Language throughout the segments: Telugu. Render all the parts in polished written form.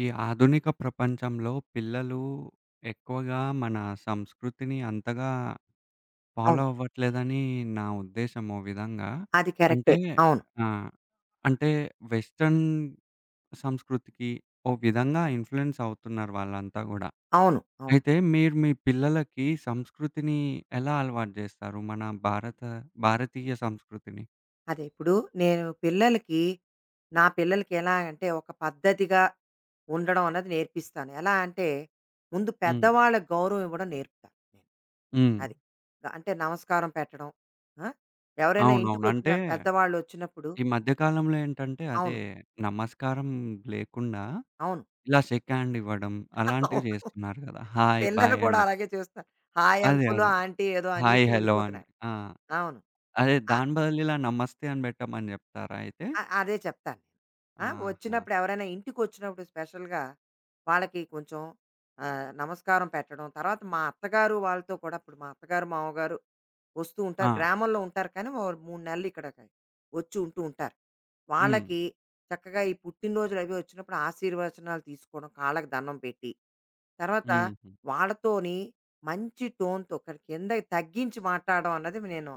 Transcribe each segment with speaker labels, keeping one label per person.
Speaker 1: ఈ ఆధునిక ప్రపంచంలో పిల్లలు ఎక్కువగా మన సంస్కృతిని అంతగా ఫాలో
Speaker 2: అవును.
Speaker 1: అవ్వట్లేదని నా ఉద్దేశం ఓ విధంగా.
Speaker 2: అది కరెక్టే.
Speaker 1: అంటే
Speaker 2: అవును.
Speaker 1: ఆ! అంటే వెస్టర్న్ సంస్కృతికి ఓ విధంగా ఇన్‌ఫ్లూయెన్స్ అవుతున్నారు వాళ్ళంతా గూడా.
Speaker 2: అవును. అవును.
Speaker 1: అయితే మీరు మీ పిల్లలకి సంస్కృతిని ఎలా అలవాటు జేస్తారు? మన భారత భారతీయ సంస్కృతిని?
Speaker 2: అదే ఇప్పుడు నేను నా పిల్లలకి ఎలా అంటే ఒక పద్ధతిగా ఉండడం అన్నది నేర్పిస్తాను. ఎలా అంటే ముందు
Speaker 1: హ్మ్.
Speaker 2: పెద్దవాళ్ళకి గౌరవం ఇవ్వడం నేర్పుతాను నేను.
Speaker 1: హ్మ్.
Speaker 2: అది. అంటే నమస్కారం పెట్టడం. ఆ! ఎవరైనా
Speaker 1: అవునవును.
Speaker 2: ఇంటికొచ్చిన
Speaker 1: అంటే
Speaker 2: పెద్దవాళ్ళొచ్చినప్పుడు
Speaker 1: ఈ మధ్య కాలంలో ఏంటంటే అదే
Speaker 2: అవును.
Speaker 1: నమస్కారం లేకుండా
Speaker 2: అవును.
Speaker 1: ఇలా షేక్ హ్యాండ్ ఇవ్వడం
Speaker 2: అవును.
Speaker 1: అలాంటివి చేస్తున్నారు గదా! హాయ్,
Speaker 2: పిల్లలు
Speaker 1: బాయ్
Speaker 2: కూడా
Speaker 1: అని జెప్
Speaker 2: అలాగే చేస్తున్నారు. హాయ్
Speaker 1: అదే.
Speaker 2: అంకుల్,
Speaker 1: అదే.
Speaker 2: ఆంటీ ఏదో
Speaker 1: హాయ్,
Speaker 2: అనేసి
Speaker 1: హలో అని.
Speaker 2: వెళ్ళిపోతున్నారు.
Speaker 1: ఆ!
Speaker 2: అవును.
Speaker 1: అదే
Speaker 2: ఆ!
Speaker 1: దాని బదులు ఇలా నమస్తే అని పెట్టమని జెప్తారా అయితే?
Speaker 2: అదే చెప్తాను నేను. ఆ!
Speaker 1: ఆహా!
Speaker 2: ఎవరైనా ఇంటికొచ్చినప్పుడు స్పెషల్‌గా వాళ్ళకి కొంచెం నమస్కారం పెట్టడం. తర్వాత మా అత్తగారు వాళ్ళతో కూడా ఇప్పుడు మా అత్తగారు, మామగారు వస్తూ ఉంటారు.
Speaker 1: ఆ!
Speaker 2: గ్రామంలో ఉంటారు, కానీ ఓ 3 నెలలు ఇక్కడకి వచ్చి ఉంటూ ఉంటారు.
Speaker 1: హ్మ్.
Speaker 2: వాళ్ళకి చక్కగా ఈ పుట్టినరోజులు అవి వచ్చినప్పుడు ఆశీర్వచనాలు తీసుకోవడం, కాళ్ళకి దండం పెట్టి, తర్వాత
Speaker 1: హుహు.
Speaker 2: వాళ్ళతోని మంచి టోన్‌తో కిందకి తగ్గించి మాట్లాడడం అన్నది నేను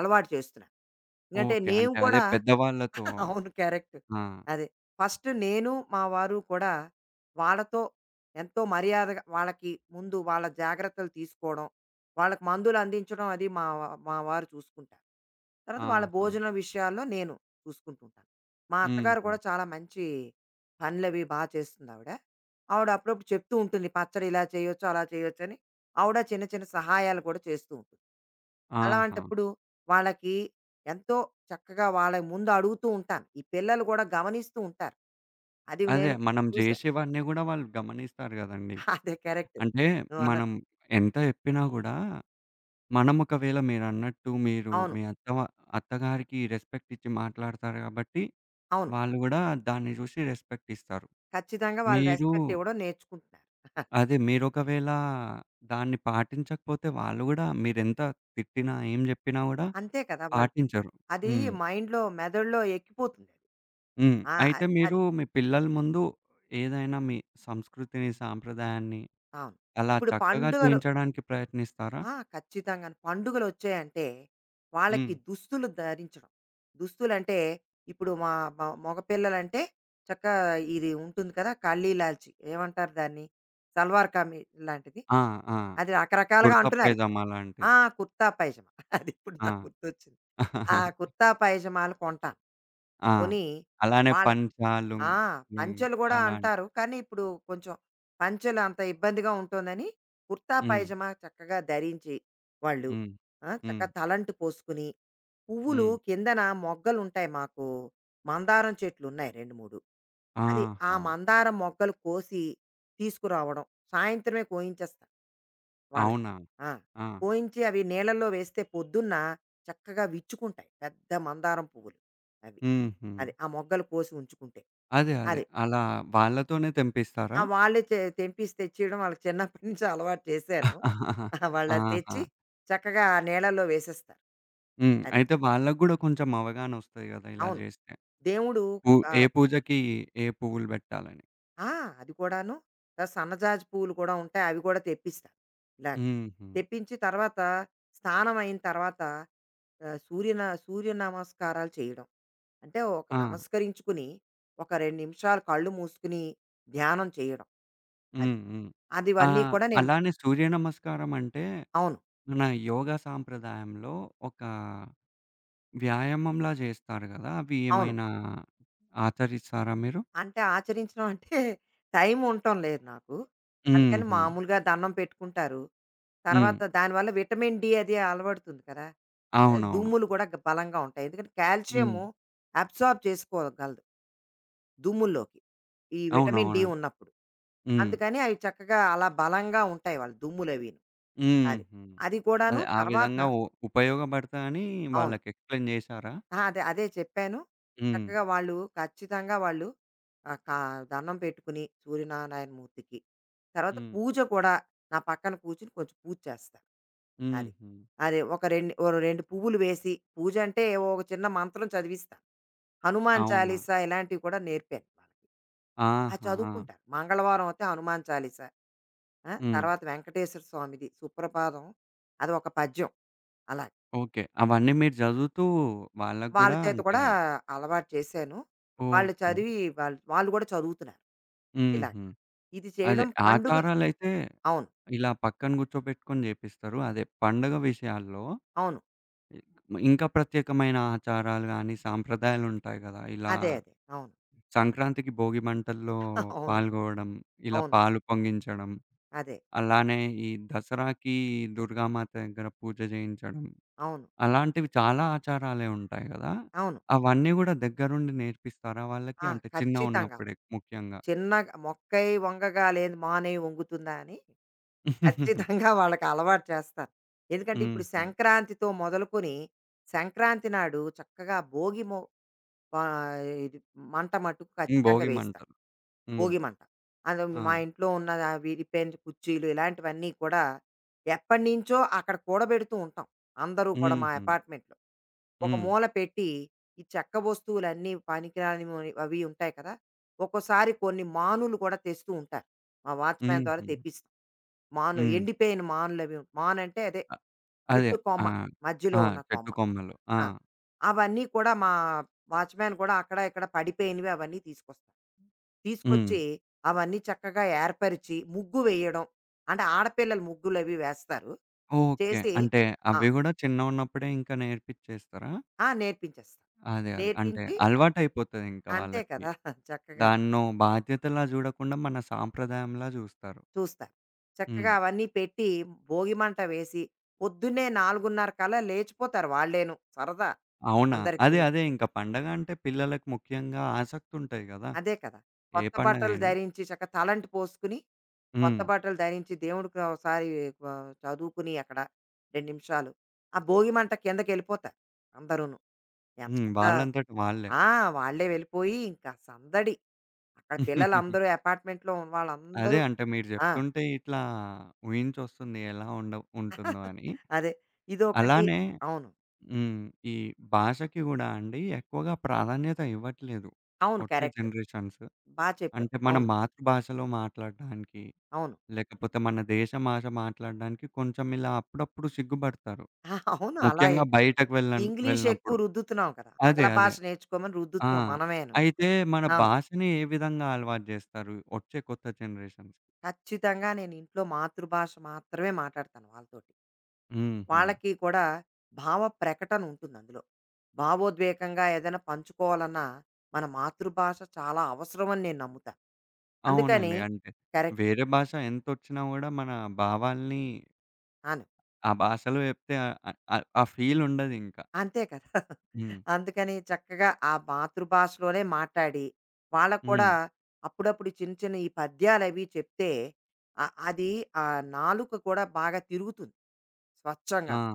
Speaker 2: అలవాటు చేస్తున్నాను. ఎందుకంటే
Speaker 1: ఓకే.
Speaker 2: నేను
Speaker 1: అంటే అదే
Speaker 2: కూడా
Speaker 1: పెద్దవాళ్ళతో
Speaker 2: అవును. కరెక్ట్.
Speaker 1: ఆ!
Speaker 2: అదే. ఫస్ట్ నేను, మా వారు కూడా వాళ్ళతో ఎంతో మర్యాదగా వాళ్ళకి ముందు వాళ్ళ జాగ్రత్తలు తీసుకోవడం, వాళ్ళకి మందులు అందించడం అది మా వారు చూసుకుంటారు. తర్వాత వాళ్ళ
Speaker 1: ఆహా!
Speaker 2: భోజనం విషయాల్లో నేను చూసుకుంటూ ఉంటాను. మా అత్తగారు
Speaker 1: హుహు.
Speaker 2: కూడా చాలా మంచి పనులవి బా చేస్తుందావిడ. ఆవిడ ఆవిడ అప్పుడప్పుడు చెప్తూ ఉంటుంది. పచ్చడి ఇలా చేయొచ్చు, అలా చేయొచ్చని. ఆవిడ చిన్న చిన్న సహాయాలు కూడా చేస్తూ ఉంటుంది.
Speaker 1: ఆహా!
Speaker 2: అలాంటప్పుడు వాళ్ళకి ఎంతో చక్కగా వాళ్ళ ముందు అడుగుతూ ఉంటాను. ఈ పిల్లలు కూడా గమనిస్తూ ఉంటారు. అది
Speaker 1: అదే
Speaker 2: నేను
Speaker 1: మనం
Speaker 2: చూసా.
Speaker 1: జేసేవన్నీ గూడా వాళ్ళు గమనిస్తారు గదండీ.
Speaker 2: అదే కరెక్ట్.
Speaker 1: అంటే మనం
Speaker 2: నువ్వన్నది.
Speaker 1: ఎంత జెప్పినా గూడా మనం ఒకవేళ మీరన్నట్టు మీరు
Speaker 2: అవును.
Speaker 1: మీ అత్తగారికి రెస్పెక్ట్ ఇచ్చి మాట్లాడతారు గాబట్టి
Speaker 2: అవును.
Speaker 1: వాళ్ళు గూడా దాన్ని జూసి రెస్పెక్ట్ ఇస్తారు.
Speaker 2: ఖచ్చితంగా వాళ్ళు
Speaker 1: మీరు
Speaker 2: రెస్పెక్ట్ ఇవ్వడం నేర్చుకుంటున్నారు.
Speaker 1: అదే మీరొకవేళ దాన్ని పాటించకపోతే వాళ్ళు గూడా మీరెంత తిట్టినా, ఏం జెప్పినా గూడా
Speaker 2: అంతే కదా! వాళ్ళు
Speaker 1: పాటించరు.
Speaker 2: అది
Speaker 1: హ్మ్.
Speaker 2: మైండ్‌లో, మెదడులో ఎక్కిపోతుంది. అది.
Speaker 1: హ్మ్.
Speaker 2: ఆ!
Speaker 1: అయితే మీరు
Speaker 2: అది.
Speaker 1: మీ పిల్లల ముందు ఏదైనా మీ సంస్కృతిని, సాంప్రదాయాన్ని
Speaker 2: అవును.
Speaker 1: అలా
Speaker 2: ఇప్పుడు
Speaker 1: చక్కగా
Speaker 2: పండుగలు
Speaker 1: చూయించడానికి ప్రయత్నిస్తారా?
Speaker 2: ఆ! ఖచ్చితంగాను. పండుగలొచ్చాయంటే వాళ్ళకి
Speaker 1: హ్మ్.
Speaker 2: దుస్తులు ధరించడం. దుస్తులంటే ఇప్పుడు మా మగ పిల్లలంటే చక్కా ఇది ఉంటుంది కదా! కళ్ళీ లాల్చి ఏమంటారు దాన్ని? సల్వార్ కమీజ్ లాంటిది.
Speaker 1: ఆ! ఆ!
Speaker 2: అది రకరకాలుగా
Speaker 1: కుర్తా
Speaker 2: అంటున్నారు.
Speaker 1: పైజామా
Speaker 2: ఆ!
Speaker 1: లాంటిది.
Speaker 2: కుర్తా పైజమా. అదిప్పుడు నాకు
Speaker 1: ఆ!
Speaker 2: గుర్తొచ్చింది. ఆ కుర్తా పైజమాలు కొంటాను.
Speaker 1: ఆ!
Speaker 2: కొని
Speaker 1: అలానే
Speaker 2: వాళ్ళ
Speaker 1: పంచా,
Speaker 2: ఆ!
Speaker 1: లుంగీ
Speaker 2: పంచెలు గూడా
Speaker 1: అలాంటివి.
Speaker 2: అంటారు. కానీ, ఇప్పుడు కొంచెం పంచెలు అంత ఇబ్బందిగా ఉంటుందని కుర్తా,
Speaker 1: హ్మ్.
Speaker 2: పైజమా చక్కగా ధరించి వాళ్ళు
Speaker 1: హ్మ్.
Speaker 2: ఆ!
Speaker 1: హ్మ్.
Speaker 2: చక్కగా తలంటు పోసుకుని, పువ్వులు
Speaker 1: హ్మ్.
Speaker 2: కిందన మొగ్గలుంటాయి మాకు. మందారం చెట్లున్నాయి 2, 3. అది ఆ
Speaker 1: ఆహా!
Speaker 2: మందారం మొగ్గలు కోసి తీసుకురావడం. సాయంత్రమే కోయించేస్తా వాళ్ళకి.
Speaker 1: అవునా?
Speaker 2: ఆ!
Speaker 1: ఆ!
Speaker 2: కోయించి అవి నీళ్ళల్లో వేస్తే పొద్దున్న చక్కగా విచ్చుకుంటాయి. పెద్ద మందారం పువ్వులు అవి.
Speaker 1: హుహు.
Speaker 2: అది. ఆ మొగ్గలు కోసి ఉంచుకుంటే.
Speaker 1: అదే.
Speaker 2: అది.
Speaker 1: అలా వాళ్ళతోనే తెంపిస్తారా?
Speaker 2: ఆ! వాళ్ళే తెంపిసి తెచ్చియడం వాళ్ళకి చిన్నప్పటి నుంచి అలవాటు చేశాను. ఆ! వాళ్ళది
Speaker 1: ఆహా!
Speaker 2: తెచ్చి చక్కగా ఆ నీళ్ళలో వేసేస్తారు.
Speaker 1: హ్మ్.
Speaker 2: అది.
Speaker 1: అయితే వాళ్ళకి గూడా కొంచెం అవగాహనొస్తది గదా! ఇలా
Speaker 2: అవును.
Speaker 1: జేస్తే.
Speaker 2: దేవుడు
Speaker 1: పూ ఏ
Speaker 2: ఆహ్,
Speaker 1: పూజకి ఏ పువ్వులు బెట్టాలని.
Speaker 2: ఆ! అది కూడాను. సన్నజాజి పువ్వులు కూడా ఉంటాయి. అవి కూడా తెప్పిస్తాను. ఇలాగ.
Speaker 1: హుహు.
Speaker 2: తెప్పించి తర్వాత స్నానం అయిన తర్వాత సూర్య నమస్కారాలు చేయడం. అంటే ఒక
Speaker 1: ఆ!
Speaker 2: నమస్కరించుకుని ఒక 2 నిమిషాలు కళ్ళు మూసుకొని ధ్యానం చేయడం. అది.
Speaker 1: హ్మ్. హ్మ్.
Speaker 2: అది
Speaker 1: ఆ!
Speaker 2: ఇవన్నీ కూడా నేను
Speaker 1: అలానే సూర్య నమస్కారం అంటే
Speaker 2: అవును.
Speaker 1: మన యోగా సాంప్రదాయంలో ఒక వ్యాయామంలా జేస్తారు గదా! అవి
Speaker 2: అవును.
Speaker 1: ఏమైనా ఆచరిస్తారా మీరు?
Speaker 2: అంటే ఆచరించడం అంటే టైం ఉండటం లేదు నాకు. అందుకని
Speaker 1: హుహు.
Speaker 2: మామూలుగా దండం పెట్టుకుంటారు.
Speaker 1: హ్మ్.
Speaker 2: తర్వాత దానివల్ల విటమిన్ డి అది అలవడుతుంది కదా!
Speaker 1: అవునవును.
Speaker 2: దుమ్ములు కూడా గ బలంగా ఉంటాయి. ఎందుకంటే
Speaker 1: హ్మ్.
Speaker 2: కాల్షియము అబ్సార్బ్ చేసుకోగలదు దుమ్ముల్లోకి, ఈ విటమిన్ డి
Speaker 1: అవునవునండి.
Speaker 2: ఉన్నప్పుడు.
Speaker 1: హ్మ్.
Speaker 2: అందుకని అవి చక్కగా అలా బలంగా ఉంటాయి వాళ్ళ దుమ్ములవీను. అది.
Speaker 1: హుహు.
Speaker 2: అది కూడాను.
Speaker 1: అదే ఆ
Speaker 2: తర్వాత
Speaker 1: విధంగా ఉపయోగపడతాయని
Speaker 2: అవును.
Speaker 1: వాళ్ళకి ఎక్స్‌ప్లెయిన్ చేశారా?
Speaker 2: ఆ! అదే. అదే చెప్పాను.
Speaker 1: హ్మ్.
Speaker 2: చక్కగా వాళ్ళు ఖచ్చితంగా వాళ్ళు ఆహ్, కా దండం పెట్టుకుని సూర్యనారాయణ మూర్తికి. తర్వాత
Speaker 1: హ్మ్.
Speaker 2: పూజ కూడా నా పక్కన కూర్చొని కొంచెం పూజ చేస్తారు. అది.
Speaker 1: హుహు.
Speaker 2: అదే ఒక రెండు ఓ 2 పువ్వులు వేసి పూజ అంటే ఏవో ఒక చిన్న మంత్రం చదివిస్తా. హనుమాన్
Speaker 1: అవునా?
Speaker 2: చాలీసా ఇలాంటివి కూడా నేర్పాను వాళ్ళకి. అది
Speaker 1: ఆహా!
Speaker 2: చదువుకుంటారు. మంగళవారం అయితే హనుమాన్ చాలీసా. ఆ!
Speaker 1: హ్మ్.
Speaker 2: తర్వాత వెంకటేశ్వర స్వామిది సుప్రభాతం, అది ఒక పద్యం అలా.
Speaker 1: ఓకే. అవన్నీ మీరు చదువుతూ వాళ్ళకి
Speaker 2: వాళ్ళ
Speaker 1: గూడా
Speaker 2: చేత
Speaker 1: అంటే
Speaker 2: కూడా అలవాటు చేశాను. వాళ్ళు
Speaker 1: ఓకే.
Speaker 2: చదివి వాళ్ళు వాళ్ళు కూడా చదువుతున్నారు. ఇలా.
Speaker 1: హుహు.
Speaker 2: ఇది
Speaker 1: అదే
Speaker 2: చేయడం పండుగ
Speaker 1: ఆచారాలైతే
Speaker 2: అవును.
Speaker 1: ఇలా పక్కన కూర్చోబెట్టుకొని చేపిస్తారు. అదే పండగ విషయాల్లో
Speaker 2: అవును.
Speaker 1: ఇంకా ప్రత్యేకమైన ఆచారాలు గాని, సాంప్రదాయాలుంటాయి గదా! ఇలా
Speaker 2: అదే. అదే. అవును.
Speaker 1: సంక్రాంతికి భోగి మంటల్లో
Speaker 2: అవును.
Speaker 1: పాల్గొవడం, ఇలా హ్మ్.
Speaker 2: అవును.
Speaker 1: పాలు పొంగించడం,
Speaker 2: అదే.
Speaker 1: అలానే ఈ దసరాకి దుర్గామాత దగ్గర పూజ చేయించడం,
Speaker 2: అవును.
Speaker 1: అలాంటివి చాలా ఆచారాలే ఉంటాయి గదా!
Speaker 2: అవును.
Speaker 1: అవన్నీ గూడా దగ్గరుండి నేర్పిస్తారా వాళ్ళకి?
Speaker 2: ఆ!
Speaker 1: అంటే
Speaker 2: ఖచ్చితంగా.
Speaker 1: చిన్నగున్నప్పుడే ముఖ్యంగా.
Speaker 2: చిన్నగా "మొక్కై వంగగా లేదు మానై వంగుతుందా" అని
Speaker 1: హుహు.
Speaker 2: ఖచ్చితంగా వాళ్ళకి అలవాటు చేస్తాను. ఎందుకంటే ఇప్పుడు
Speaker 1: హ్మ్.
Speaker 2: సంక్రాంతితో మొదలుకొని సంక్రాంతి నాడు చక్కగా భోగి మొ పా ఇది మంట మట్టుకు ఖచ్చితంగా
Speaker 1: భోగి
Speaker 2: వేయిస్తాను.
Speaker 1: మంటలు. హ్మ్.
Speaker 2: భోగి మంట. అది
Speaker 1: ఆ!
Speaker 2: మా ఇంట్లో ఉన్న ఆ విరిపోయిన కుర్చీలు ఇలాంటివన్నీ కూడా ఎప్పటినుంచో అక్కడ కూడబెడుతూ ఉంటాం. అందరూ కూడా మా
Speaker 1: హుహు.
Speaker 2: అపార్ట్మెంట్‌లో. ఒక
Speaker 1: హ్మ్.
Speaker 2: మూల పెట్టి ఈ చెక్క వస్తువులన్నీ పనికిరానివి అవి ఉంటాయి కదా! ఒక్కోసారి కొన్ని మానులు కూడా తెస్తూ ఉంటారు. మా వాచ్‌మ్యాన్ ద్వారా
Speaker 1: హుహు.
Speaker 2: తెప్పిస్తాం. మాను
Speaker 1: హ్మ్.
Speaker 2: ఎండిపోయిన మానులవి, మాను అంటే అదే
Speaker 1: అ అదే.
Speaker 2: చెట్టు
Speaker 1: ఆ!
Speaker 2: కొమ్మ. మధ్యలో
Speaker 1: ఆ!
Speaker 2: ఉన్న
Speaker 1: చెట్టు
Speaker 2: కొమ్మ.
Speaker 1: కొమ్మలు. ఆ!
Speaker 2: ఆ! అవన్నీ కూడా మా వాచ్‌మ్యాన్ కూడా అక్కడ ఇక్కడ పడిపోయినవి అవన్నీ తీసుకొస్తాడు.
Speaker 1: హ్మ్.
Speaker 2: తీసుకొచ్చి అవన్నీ చక్కగా ఏర్పరిచి, ముగ్గు వేయడం. అంటే ఆడపిల్లలు ముగ్గులవి వేస్తారు.
Speaker 1: ఓకే.
Speaker 2: చేసి
Speaker 1: అంటే
Speaker 2: ఆ!
Speaker 1: అవి గూడా చిన్నగున్నప్పుడే ఇంకా నేర్పిచ్చేస్తారా?
Speaker 2: ఆ! నేర్పించేస్తా.
Speaker 1: అదే. అంటే
Speaker 2: నేర్పించి
Speaker 1: అలవాటయిపోతదింక
Speaker 2: అంతే
Speaker 1: వాళ్ళకి.
Speaker 2: కదా! చక్కగా
Speaker 1: దాన్నో బాధ్యతలా జూడకుండా మన సాంప్రదాయంలా జూస్తారు.
Speaker 2: చూస్తా. చక్కగా
Speaker 1: హ్మ్.
Speaker 2: అవన్నీ పెట్టి, భోగి మంట వేసి, పొద్దున్నే 4:30 కల్లా లేచిపోతారు వాళ్ళేను సరదా
Speaker 1: అవునా? అదే.
Speaker 2: అందరికీను.
Speaker 1: అదే. ఇంక పండగ అంటే పిల్లలకి ముఖ్యంగా ఆసక్తుంటది గదా!
Speaker 2: అదే కదా!
Speaker 1: ఏ
Speaker 2: కొత్త బట్టలు
Speaker 1: పండగైనా.
Speaker 2: ధరించి చక్కగా తలంటు పోసుకుని కొత్త
Speaker 1: హ్మ్.
Speaker 2: బట్టలు ధరించి దేవుడికి ఒకసారి ఆ, చదువుకుని అక్కడ రెండు నిమిషాలు ఆ భోగి మంట కిందకి వెళ్ళిపోతారు అందరూను.
Speaker 1: హ్మ్.
Speaker 2: ఎంత
Speaker 1: వాళ్ళంతట వాళ్ళే.
Speaker 2: ఆ వాళ్ళే వెళ్ళిపోయి ఇంకా సందడి అక్కడ పిల్లలందరూ apartment లో ఉన్న
Speaker 1: అదే.
Speaker 2: వాళ్ళందరూ
Speaker 1: అంటే మీరు
Speaker 2: ఆ
Speaker 1: జెప్తుంటే ఇట్లా ఊహించొస్తుంది ఎలా ఉండ ఉంటుందో అని.
Speaker 2: అదే ఇదొకటి
Speaker 1: అలానే
Speaker 2: అవును.
Speaker 1: హ్మ్. ఈ భాషకి గూడా అండి ఎక్కువగా ప్రాధాన్యత ఇవ్వట్లేదు.
Speaker 2: అవును,
Speaker 1: వచ్చే
Speaker 2: కరెక్ట్.
Speaker 1: జనరేషన్స్.
Speaker 2: బాగా చెప్పావు.
Speaker 1: అంటే మన
Speaker 2: అవును,
Speaker 1: మాతృభాషలో మాట్లాడడానికి,
Speaker 2: అవును.
Speaker 1: లేకపోతే మన దేశ భాష మాట్లాడడానికి కొంచెం ఇలా అప్పుడప్పుడు సిగ్గుపడతారు.
Speaker 2: ఆ, అవును అలా.
Speaker 1: ముఖ్యంగా బయటకు
Speaker 2: ఇంగ్లీష్ ఎక్కువ
Speaker 1: వెళ్ళినప్పుడు.
Speaker 2: రుద్దుతున్నాం కదా,
Speaker 1: అదే.
Speaker 2: ఆంగ్ల
Speaker 1: అదే.
Speaker 2: భాష నేర్చుకోమని
Speaker 1: ఆ!
Speaker 2: రుద్దుతున్నాం మనమేను.
Speaker 1: అయితే మన
Speaker 2: అవును.
Speaker 1: భాషని ఏ విధంగా అలవాటు జేస్తారు వచ్చే కొత్త జనరేషన్స్‌కి?
Speaker 2: ఖచ్చితంగా నేను ఇంట్లో మాతృభాష మాత్రమే మాట్లాడతాను వాళ్ళతో.
Speaker 1: హుహు.
Speaker 2: వాళ్ళకి కూడా భావ ప్రకటన ఉంటుంది అందులో. భావోద్వేగంగా ఏదైనా పంచుకోవాలన్నా మన మాతృభాష చాలా అవసరమని నేను నమ్ముతాను. అందుకని
Speaker 1: అవునండి. అంటే
Speaker 2: కరెక్ట్.
Speaker 1: వేరే భాష ఎంతొచ్చినా గూడా మన భావాల్ని
Speaker 2: అను.
Speaker 1: ఆ భాషలో జెప్తే ఆహ్, ఆ ఫీల్ ఉండదింక.
Speaker 2: అంతే కదా!
Speaker 1: హ్మ్.
Speaker 2: అందుకని చక్కగా ఆ మాతృభాషలోనే మాట్లాడి, వాళ్ళకి
Speaker 1: హ్మ్.
Speaker 2: కూడా అప్పుడప్పుడు చిన్న చిన్న ఈ పద్యాలవి చెప్తే అది ఆ నాలుక కూడా బాగా తిరుగుతుంది
Speaker 1: ఆ!
Speaker 2: స్వచ్ఛంగాను.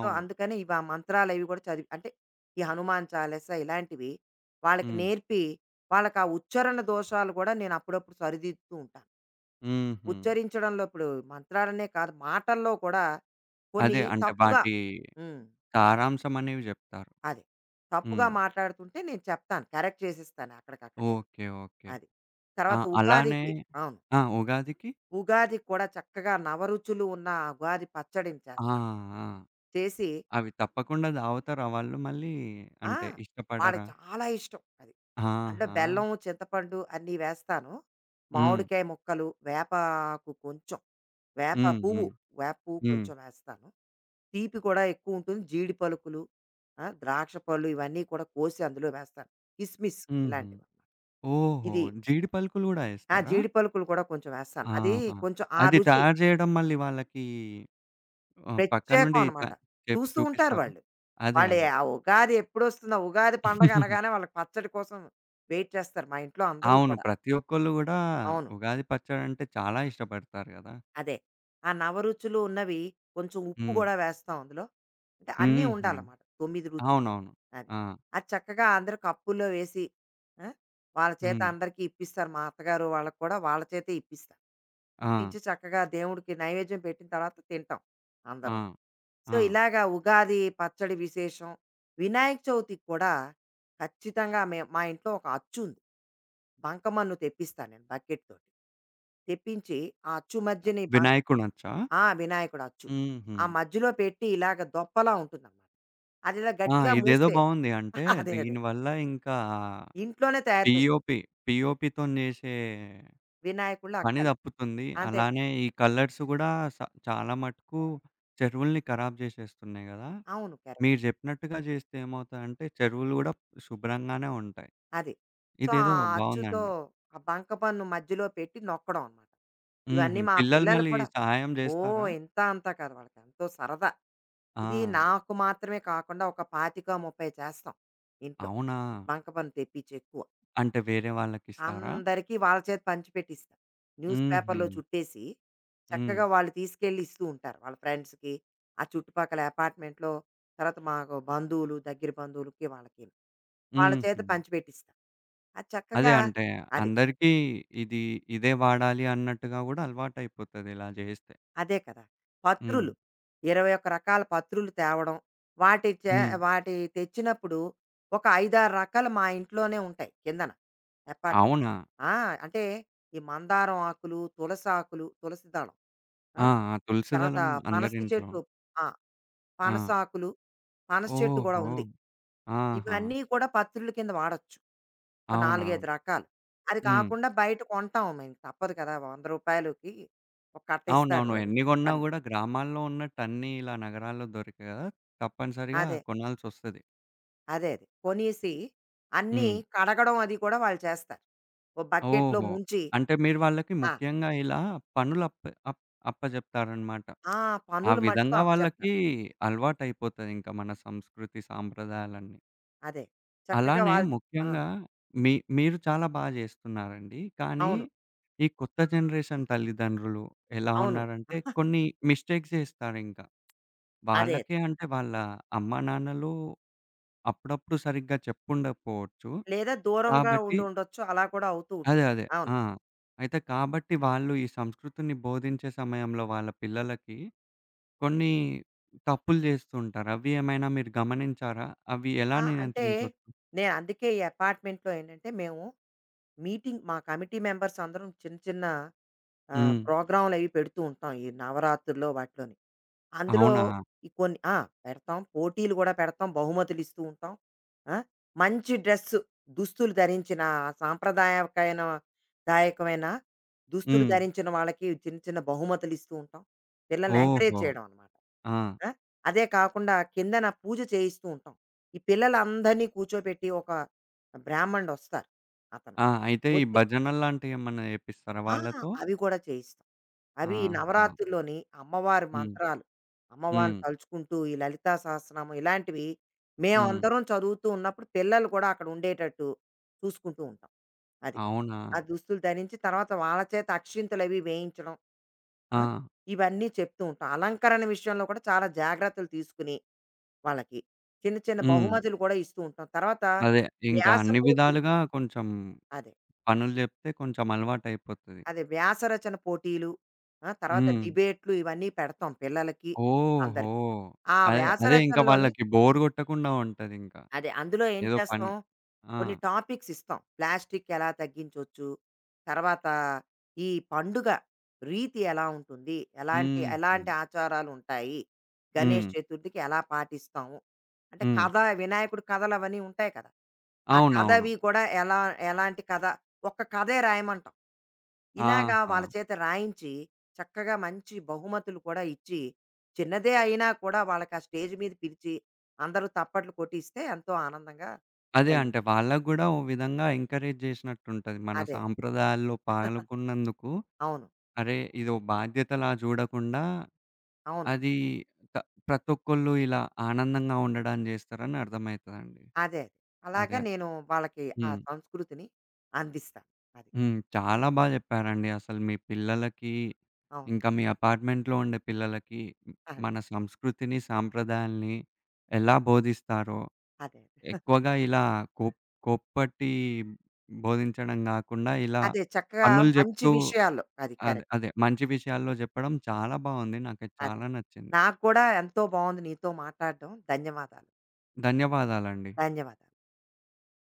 Speaker 2: సో, అందుకని ఇవి ఆ మంత్రాలవి గూడా చదివి అంటే, ఈ హనుమాన్ చాలీస ఇలాంటివి వాళ్ళకి
Speaker 1: హ్మ్.
Speaker 2: నేర్పి, వాళ్ళకా ఉచ్చారణ దోషాలు గూడా నేనప్పుడప్పుడు సరిదిద్దుతూ ఉంటాను.
Speaker 1: హుహు.
Speaker 2: ఉచ్చరించడంలో ఇప్పుడు మంత్రాలనే కాదు, మాటల్లో కూడా కొన్ని
Speaker 1: అదే అంటే
Speaker 2: తప్పుగా
Speaker 1: వాటి
Speaker 2: హ్మ్.
Speaker 1: సారాంశం అనేవి జెప్తారు.
Speaker 2: అదే. తప్పుగా
Speaker 1: హ్మ్.
Speaker 2: మాట్లాడుతుంటే నేను చెప్తాను. కరెక్ట్ చేసిస్తాను అక్కడికక్కడేను.
Speaker 1: ఓకే.
Speaker 2: అది.
Speaker 1: ఆ!
Speaker 2: తర్వాత
Speaker 1: అలానే
Speaker 2: ఉగాదికి అవును.
Speaker 1: ఆ! ఉగాదికి
Speaker 2: ఉగాదికి కూడా చక్కగా నవరుచులు ఉన్న ఆ ఉగాది పచ్చడిని
Speaker 1: ఆ!
Speaker 2: చేస్తాను.
Speaker 1: ఆ!
Speaker 2: చేసి
Speaker 1: అవి తప్పకుండా తాగుతారా వాళ్ళు మళ్ళీ
Speaker 2: ఆ!
Speaker 1: అంటే
Speaker 2: వాళ్ళకి
Speaker 1: ఇష్టపడరా?
Speaker 2: చాలా ఇష్టం అది. అంటే
Speaker 1: ఆహా!
Speaker 2: బెల్లం, చింతపండు అన్నీ వేస్తాను.
Speaker 1: హ్మ్.
Speaker 2: మామిడికాయ ముక్కలు, వేప ఆకు కొంచెం, వేప
Speaker 1: హ్మ్.
Speaker 2: పువ్వు,
Speaker 1: హ్మ్.
Speaker 2: వేప పువ్వు
Speaker 1: హ్మ్.
Speaker 2: కొంచెం వేస్తాను. తీపి కూడా ఎక్కువుంటుంది. జీడి పలుకులు, ఆ! ద్రాక్ష పళ్ళు ఇవన్నీ కూడా కోసి అందులో వేస్తాను. కిస్మిస్
Speaker 1: హుహు.
Speaker 2: ఇలాంటివన్నమాట.
Speaker 1: ఓహో!
Speaker 2: ఇది
Speaker 1: జీడి పలుకులు గూడా
Speaker 2: ఆ!
Speaker 1: యేస్తారా?
Speaker 2: జీడి పలుకులు కూడా కొంచెం వేస్తాను. అది
Speaker 1: ఆహా!
Speaker 2: కొంచెం ఆ
Speaker 1: అది
Speaker 2: రుచి
Speaker 1: తయారు జేయడం మళ్ళీ వాళ్ళకి ఆహ్,
Speaker 2: ప్రత్యేకం
Speaker 1: పక్కనుండి త
Speaker 2: అనమాట. చూస్తూ ఉంటారు
Speaker 1: చూపిస్తారా?
Speaker 2: వాళ్ళు.
Speaker 1: అదే.
Speaker 2: వాళ్ళు
Speaker 1: అదే.
Speaker 2: ఆ ఉగాది ఎప్పుడొస్తుందా? ఉగాది పండగ అనగానే వాళ్ళకి పచ్చడి కోసం వెయిట్ చేస్తారు మా ఇంట్లో అందరూ
Speaker 1: అవును.
Speaker 2: కూడా.
Speaker 1: ప్రతి ఒక్కళ్ళు గూడా
Speaker 2: అవును.
Speaker 1: ఉగాది పచ్చడంటే చాలా ఇష్టపడతారు గదా!
Speaker 2: అదే. ఆ నవరుచులు ఉన్నవి, కొంచెం ఉప్పు
Speaker 1: హ్మ్.
Speaker 2: గూడా వేస్తాం అందులో. అంటే అన్నీ
Speaker 1: హుహు.
Speaker 2: ఉండాలన్నమాట. 9 రుచులు.
Speaker 1: అవునవును.
Speaker 2: అది.
Speaker 1: ఆ!
Speaker 2: అది చక్కగా అందరూ కప్పుల్లో వేసి ఆ! వాళ్ళ చేత
Speaker 1: హ్మ్.
Speaker 2: అందరికీ ఇప్పిస్తారు. మా అత్తగారు వాళ్ళకి కూడా వాళ్ళ చేతే ఇప్పిస్తా.
Speaker 1: ఆ!
Speaker 2: ఇప్పించి చక్కగా దేవుడికి నైవేద్యం పెట్టిన తర్వాత తింటాం
Speaker 1: ఆ!
Speaker 2: అందరం. సో,
Speaker 1: ఆ!
Speaker 2: ఇలాగా ఉగాది పచ్చడి విశేషం. వినాయక చవితికి కూడా ఖచ్చితంగా మా ఇంట్లో ఒక అచ్చు ఉంది. బంకమన్ను తెప్పిస్తా నేను బకెట్ తోటి. తెప్పించి ఆ అచ్చు మధ్యన ఈ బం
Speaker 1: వినాయకునచ్చా?
Speaker 2: ఆ! వినాయకుడు అచ్చు.
Speaker 1: హుహు.
Speaker 2: ఆ మధ్యలో పెట్టి ఇలాగ దొప్పలా ఉంటుందనమాట. అది ఇలా
Speaker 1: ఆ!
Speaker 2: గట్టిగా
Speaker 1: ఇదేదో
Speaker 2: మూస్తే
Speaker 1: బావుంది. అంటే
Speaker 2: అదే అదే.
Speaker 1: దీనివల్ల ఇంకా
Speaker 2: ఇంట్లోనే తయారు చేసుకుంటాం.
Speaker 1: పీఓపీ, పీఓపీతోని జేసే
Speaker 2: వినాయకుళ్ళు
Speaker 1: పని
Speaker 2: అక్కర్లే.
Speaker 1: దప్పుతుంది.
Speaker 2: అంతే కదా!
Speaker 1: అలానే ఈ కలర్స్ గూడా స చాలా మటుకు చెరువుల్ని ఖరాబ్ జేసేస్తున్నాయి గదా!
Speaker 2: అవును. కరెక్ట్.
Speaker 1: మీరు జెప్పినట్టుగా జేస్తే ఏమవుతదంటే చెరువులు గూడా శుభ్రంగానే ఉంటాయి.
Speaker 2: అది. సో, ఆ
Speaker 1: ఇదేదో
Speaker 2: అచ్చుతో
Speaker 1: బావుందండి.
Speaker 2: ఆ బంకపన్ను మధ్యలో పెట్టి నొక్కడం అనమాట.
Speaker 1: హుహు.
Speaker 2: ఇవన్నీ మా
Speaker 1: పిల్లలు
Speaker 2: పిల్లలు
Speaker 1: మళ్ళీ
Speaker 2: కూడా
Speaker 1: సహాయం జేస్తారా?
Speaker 2: ఓహ్! ఇంతా అంతా కాదు వాళ్ళకి ఎంతో సరదా.
Speaker 1: ఆ!
Speaker 2: ఇది నాకు మాత్రమే కాకుండా ఒక 25, 30 చేస్తాం ఇంట్లో.
Speaker 1: అవునా?
Speaker 2: బంకపన్ను తెప్పించి ఎక్కువ.
Speaker 1: అంటే వేరే వాళ్ళకిస్తారా?
Speaker 2: అందరికీ వాళ్ళ చేత పంచిపెట్టిస్తా. న్యూస్
Speaker 1: హుహు.
Speaker 2: పేపర్‌లో చుట్టేసి,
Speaker 1: హ్మ్.
Speaker 2: చక్కగా వాళ్ళు తీసుకెళ్ళి ఇస్తూ ఉంటారు వాళ్ళ ఫ్రెండ్స్‌కి, ఆ చుట్టుపక్కల అపార్ట్మెంట్‌లో, తర్వాత మాకు బంధువులు, దగ్గర బంధువులకి వాళ్ళకి. వాళ్ళ
Speaker 1: హుహు.
Speaker 2: చేత పంచిపెట్టిస్తా. అది
Speaker 1: అదే
Speaker 2: చక్కగా
Speaker 1: అంటే
Speaker 2: అది.
Speaker 1: అందరికీ ఇది ఇదే వాడాలి అన్నట్టుగా గూడా అలవాటయిపోతది ఇలా జేస్తే.
Speaker 2: అదే కదా!
Speaker 1: హ్మ్.
Speaker 2: పత్రులు. 21 రకాల పత్రులు తేవడం. వాటి చే
Speaker 1: హ్మ్.
Speaker 2: వాటి తెచ్చినప్పుడు ఒక 5, 6 రకాలు మా ఇంట్లోనే ఉంటాయి కిందన అపార్ట్
Speaker 1: అవునా?
Speaker 2: ఆ! అంటే ఈ మందారం ఆకులు, తులసాకులు, తులసి దళం. ఆ!
Speaker 1: ఆ! ఆ! తులసి
Speaker 2: తర్వాత
Speaker 1: దళం
Speaker 2: పనస
Speaker 1: అందరింట్లో.
Speaker 2: చెట్టు. ఆ!
Speaker 1: ఆ!
Speaker 2: పనసాకులు, పనస చెట్టు గూడా
Speaker 1: ఓహో!
Speaker 2: ఉంది.
Speaker 1: ఆహా!
Speaker 2: ఇవన్నీ కూడా పత్రుల కింద వాడొచ్చు. ఒక
Speaker 1: అవునా?
Speaker 2: 4, 5 రకాలు. అది
Speaker 1: హ్మ్.
Speaker 2: కాకుండా బయట కొంటాం, మేము తప్పదు కదా! ₹100కి ఒక కట్ట ఇస్తాడు
Speaker 1: అవునవును.
Speaker 2: వాడు.
Speaker 1: ఎన్ని గొన్నా
Speaker 2: అన్ని
Speaker 1: గూడా గ్రామాల్లో ఉన్నట్టు అన్నీ ఇలా నగరాల్లో దొరకవు గదా! తప్పనిసరిగా
Speaker 2: అదే.
Speaker 1: కొనాల్సొస్తది.
Speaker 2: అదే. కొనేసి అన్నీ
Speaker 1: హ్మ్.
Speaker 2: కడగడం అది కూడా వాళ్ళు చేస్తారు. ఓ బకెట్‌లో
Speaker 1: ఓహో!
Speaker 2: ముంచి
Speaker 1: అంటే మీరు వాళ్ళకి
Speaker 2: ఆ!
Speaker 1: ముఖ్యంగా ఇలా పనులప్ప అప్ అప్పజెప్తారనమాట.
Speaker 2: ఆ!
Speaker 1: ఆ
Speaker 2: పనులు మట్టుకు
Speaker 1: విధంగా వాళ్ళకి
Speaker 2: అప్పచెప్తారు.
Speaker 1: అలవాటయిపోతదింక మన సంస్కృతి, సాంప్రదాయాలన్నీ.
Speaker 2: అదే. చక్కగా
Speaker 1: అలానే
Speaker 2: వాళ్ళు ఆ!
Speaker 1: ముఖ్యంగా మీరు చాలా బా జేస్తున్నారండి. కానీ
Speaker 2: అవును.
Speaker 1: ఈ కొత్త జనరేషన్ తల్లిదండ్రులు ఎలా
Speaker 2: అవును.
Speaker 1: ఉన్నారంటే కొన్ని మిస్టేక్స్ జేస్తారింక.
Speaker 2: అదే.
Speaker 1: వాళ్ళకే అంటే వాళ్ళ అమ్మానాన్నలు అప్పుడప్పుడు సరిగ్గా చెప్పుండకపోవచ్చు.
Speaker 2: లేదా దూరంగా
Speaker 1: కాబట్టి
Speaker 2: ఉండి ఉండొచ్చు. అలా కూడా అవుతూ
Speaker 1: అదే.
Speaker 2: ఉంటుంది.
Speaker 1: అదే.
Speaker 2: అవును.
Speaker 1: ఆ! అయితే కాబట్టి వాళ్ళు ఈ సంస్కృతిని బోధించే సమయంలో వాళ్ళ పిల్లలకి కొన్ని తప్పులు జేస్తూ ఉంటారు. అవి ఏమైనా మీరు గమనించారా? అవి ఎలా
Speaker 2: ఆ! అంటే
Speaker 1: నియంత్రించొచ్చు?
Speaker 2: నేను అందుకే ఈ అపార్ట్మెంట్‌లో ఏంటంటే, మేము మీటింగ్ మా కమిటీ మెంబర్స్ అందరం చిన్న చిన్న
Speaker 1: హ్మ్.
Speaker 2: ప్రోగ్రామ్‌లవి పెడుతూ ఉంటాం ఈ నవరాత్రుల్లో వాటిలోని. అందులో
Speaker 1: అవునా?
Speaker 2: ఈ కొన్ని ఆ! పెడతాం. పోటీలు గూడా పెడతాం. బహుమతులు ఇస్తూ ఉంటాం. ఆ! మంచి డ్రెస్ దుస్తులు ధరించిన సాంప్రదాయకమైన దాయకమైన దుస్తులు
Speaker 1: హ్మ్.
Speaker 2: ధరించిన వాళ్ళకి చిన్న చిన్న బహుమతులు ఇస్తూ ఉంటాం. పిల్లల్ని ఎంకరేజ్
Speaker 1: ఓహో!
Speaker 2: చేయడం అనమాట.
Speaker 1: ఆ!
Speaker 2: ఆ! అదే కాకుండా కిందన పూజ చేయిస్తూ ఉంటాం. ఈ పిల్లలందరినీ కూర్చోబెట్టి ఒక బ్రాహ్మణుడొస్తారు అతను.
Speaker 1: ఆ! అయితే ఈ
Speaker 2: వచ్చి
Speaker 1: భజనలు లాంటివి ఏమన్నా జేపిస్తారా
Speaker 2: ఆ!
Speaker 1: వాళ్ళతో?
Speaker 2: అవి కూడా చేయిస్తాం. అవి ఈ
Speaker 1: ఆహా!
Speaker 2: నవరాత్రుల్లోని అమ్మవారి
Speaker 1: హ్మ్.
Speaker 2: మంత్రాలు. అమ్మవారిని
Speaker 1: హ్మ్.
Speaker 2: తలుచుకుంటూ ఈ లలితా సహస్రనామం ఇలాంటివి
Speaker 1: హ్మ్.
Speaker 2: మేమందరం చదువుతూ ఉన్నప్పుడు పిల్లలు కూడా అక్కడ ఉండేటట్టు చూసుకుంటూ ఉంటాం. అది.
Speaker 1: అవునా?
Speaker 2: ఆ దుస్తులు ధరించి తర్వాత వాళ్ళ చేత అక్షింతలవి వేయించడం. ఆ!
Speaker 1: ఆ!
Speaker 2: ఇవన్నీ చెప్తూ ఉంటాం. అలంకరణ విషయంలో కూడా చాలా జాగ్రత్తలు తీసుకుని వాళ్ళకి. చిన్న చిన్న
Speaker 1: హ్మ్.
Speaker 2: బహుమతులు కూడా ఇస్తూ ఉంటాం. తర్వాత
Speaker 1: అదే. ఇంకా
Speaker 2: వ్యాస
Speaker 1: అన్ని
Speaker 2: పోటీ
Speaker 1: విధాలుగా కొంచెం
Speaker 2: అదే.
Speaker 1: పనులు జెప్తే కొంచెం అలవాటయిపోతది.
Speaker 2: అదే వ్యాస రచన పోటీలు, ఆ! తర్వాత
Speaker 1: హ్మ్.
Speaker 2: డిబేట్లు ఇవన్నీ పెడతాం పిల్లలకి,
Speaker 1: ఓహో!
Speaker 2: అందరికి. ఆ
Speaker 1: అదే,
Speaker 2: వ్యాస
Speaker 1: అదే ఇంక
Speaker 2: రచనలోని
Speaker 1: వాళ్ళకి బోర్ గొట్టకుండా ఉంటదింక.
Speaker 2: అదే. అందులో ఏం
Speaker 1: ఏదో పని
Speaker 2: చేస్తాం,
Speaker 1: ఆ!
Speaker 2: కొన్ని టాపిక్స్ ఇస్తాం. ప్లాస్టిక్ ఎలా తగ్గించొచ్చు, తర్వాత ఈ పండుగ రీతి ఎలా ఉంటుంది, ఎలాంటి
Speaker 1: హుహు.
Speaker 2: ఎలాంటి ఆచారాలుంటాయి,
Speaker 1: హ్మ్.
Speaker 2: గణేష్ చతుర్థికి ఎలా పాటిస్తాము, అంటే
Speaker 1: హ్మ్.
Speaker 2: కథ వినాయకుడి కథలు అవన్నీ ఉంటాయి కదా! ఆ కథ
Speaker 1: అవునవును.
Speaker 2: అవి కూడా ఎలా ఎలాంటి కథ, ఒక్క కథే రాయమంటాం. ఇలాగా
Speaker 1: ఆహా!
Speaker 2: వాళ్ళ చేత రాయించి, చక్కగా మంచి బహుమతులు కూడా ఇచ్చి, చిన్నదే అయినా కూడా వాళ్ళకి ఆ స్టేజ్ మీద పిలిచి, అందరూ తప్పట్లు కొట్టిస్తే ఎంతో ఆనందంగా
Speaker 1: అదే
Speaker 2: వాళ్ళు
Speaker 1: అంటే వాళ్ళకి గూడా ఓ విధంగా ఎంకరేజ్ జేసినట్టుంటది. మన
Speaker 2: అదే.
Speaker 1: సాంప్రదాయాల్లో పాల్గొన్నందుకు,
Speaker 2: అవును.
Speaker 1: అరే! ఇదో బాధ్యతలా జూడకుండా
Speaker 2: అవును.
Speaker 1: అది త ప్రతొక్కళ్ళు ఇలా ఆనందంగా ఉండడానికి జేస్తారని అర్థమైతదండి.
Speaker 2: అదే. అదే.
Speaker 1: అదే.
Speaker 2: అలాగా
Speaker 1: అదే.
Speaker 2: నేను వాళ్ళకి ఆ
Speaker 1: హ్మ్.
Speaker 2: సంస్కృతిని అందిస్తాను. అది.
Speaker 1: హ్మ్. చాలా బా జెప్పారండి. అసలు మీ పిల్లలకి,
Speaker 2: అవును.
Speaker 1: ఇంకా మీ అపార్ట్‌మెంట్‌లో ఉండే పిల్లలకి
Speaker 2: అదే.
Speaker 1: మన సంస్కృతిని, సాంప్రదాయాల్ని ఎలా బోధిస్తారో,
Speaker 2: అదే.
Speaker 1: ఎక్కువగా ఇలా కోప్ కోప్పటి బోధించడం గాకుండా, ఇలా
Speaker 2: అదే చక్కగా
Speaker 1: పనులు
Speaker 2: మంచి
Speaker 1: జెప్తూ
Speaker 2: విషయాల్లో. అది
Speaker 1: అదే,
Speaker 2: కరెక్ట్.
Speaker 1: అదే మంచి విషయాల్లో జెప్పడం చాలా బావుంది. నాకది
Speaker 2: అదే.
Speaker 1: చాలా నచ్చింది.
Speaker 2: నాకు కూడా ఎంతో బావుంది నీతో మాట్లాడడం. ధన్యవాదాలు.
Speaker 1: ధన్యవాదాలండి.
Speaker 2: ధన్యవాదాలు.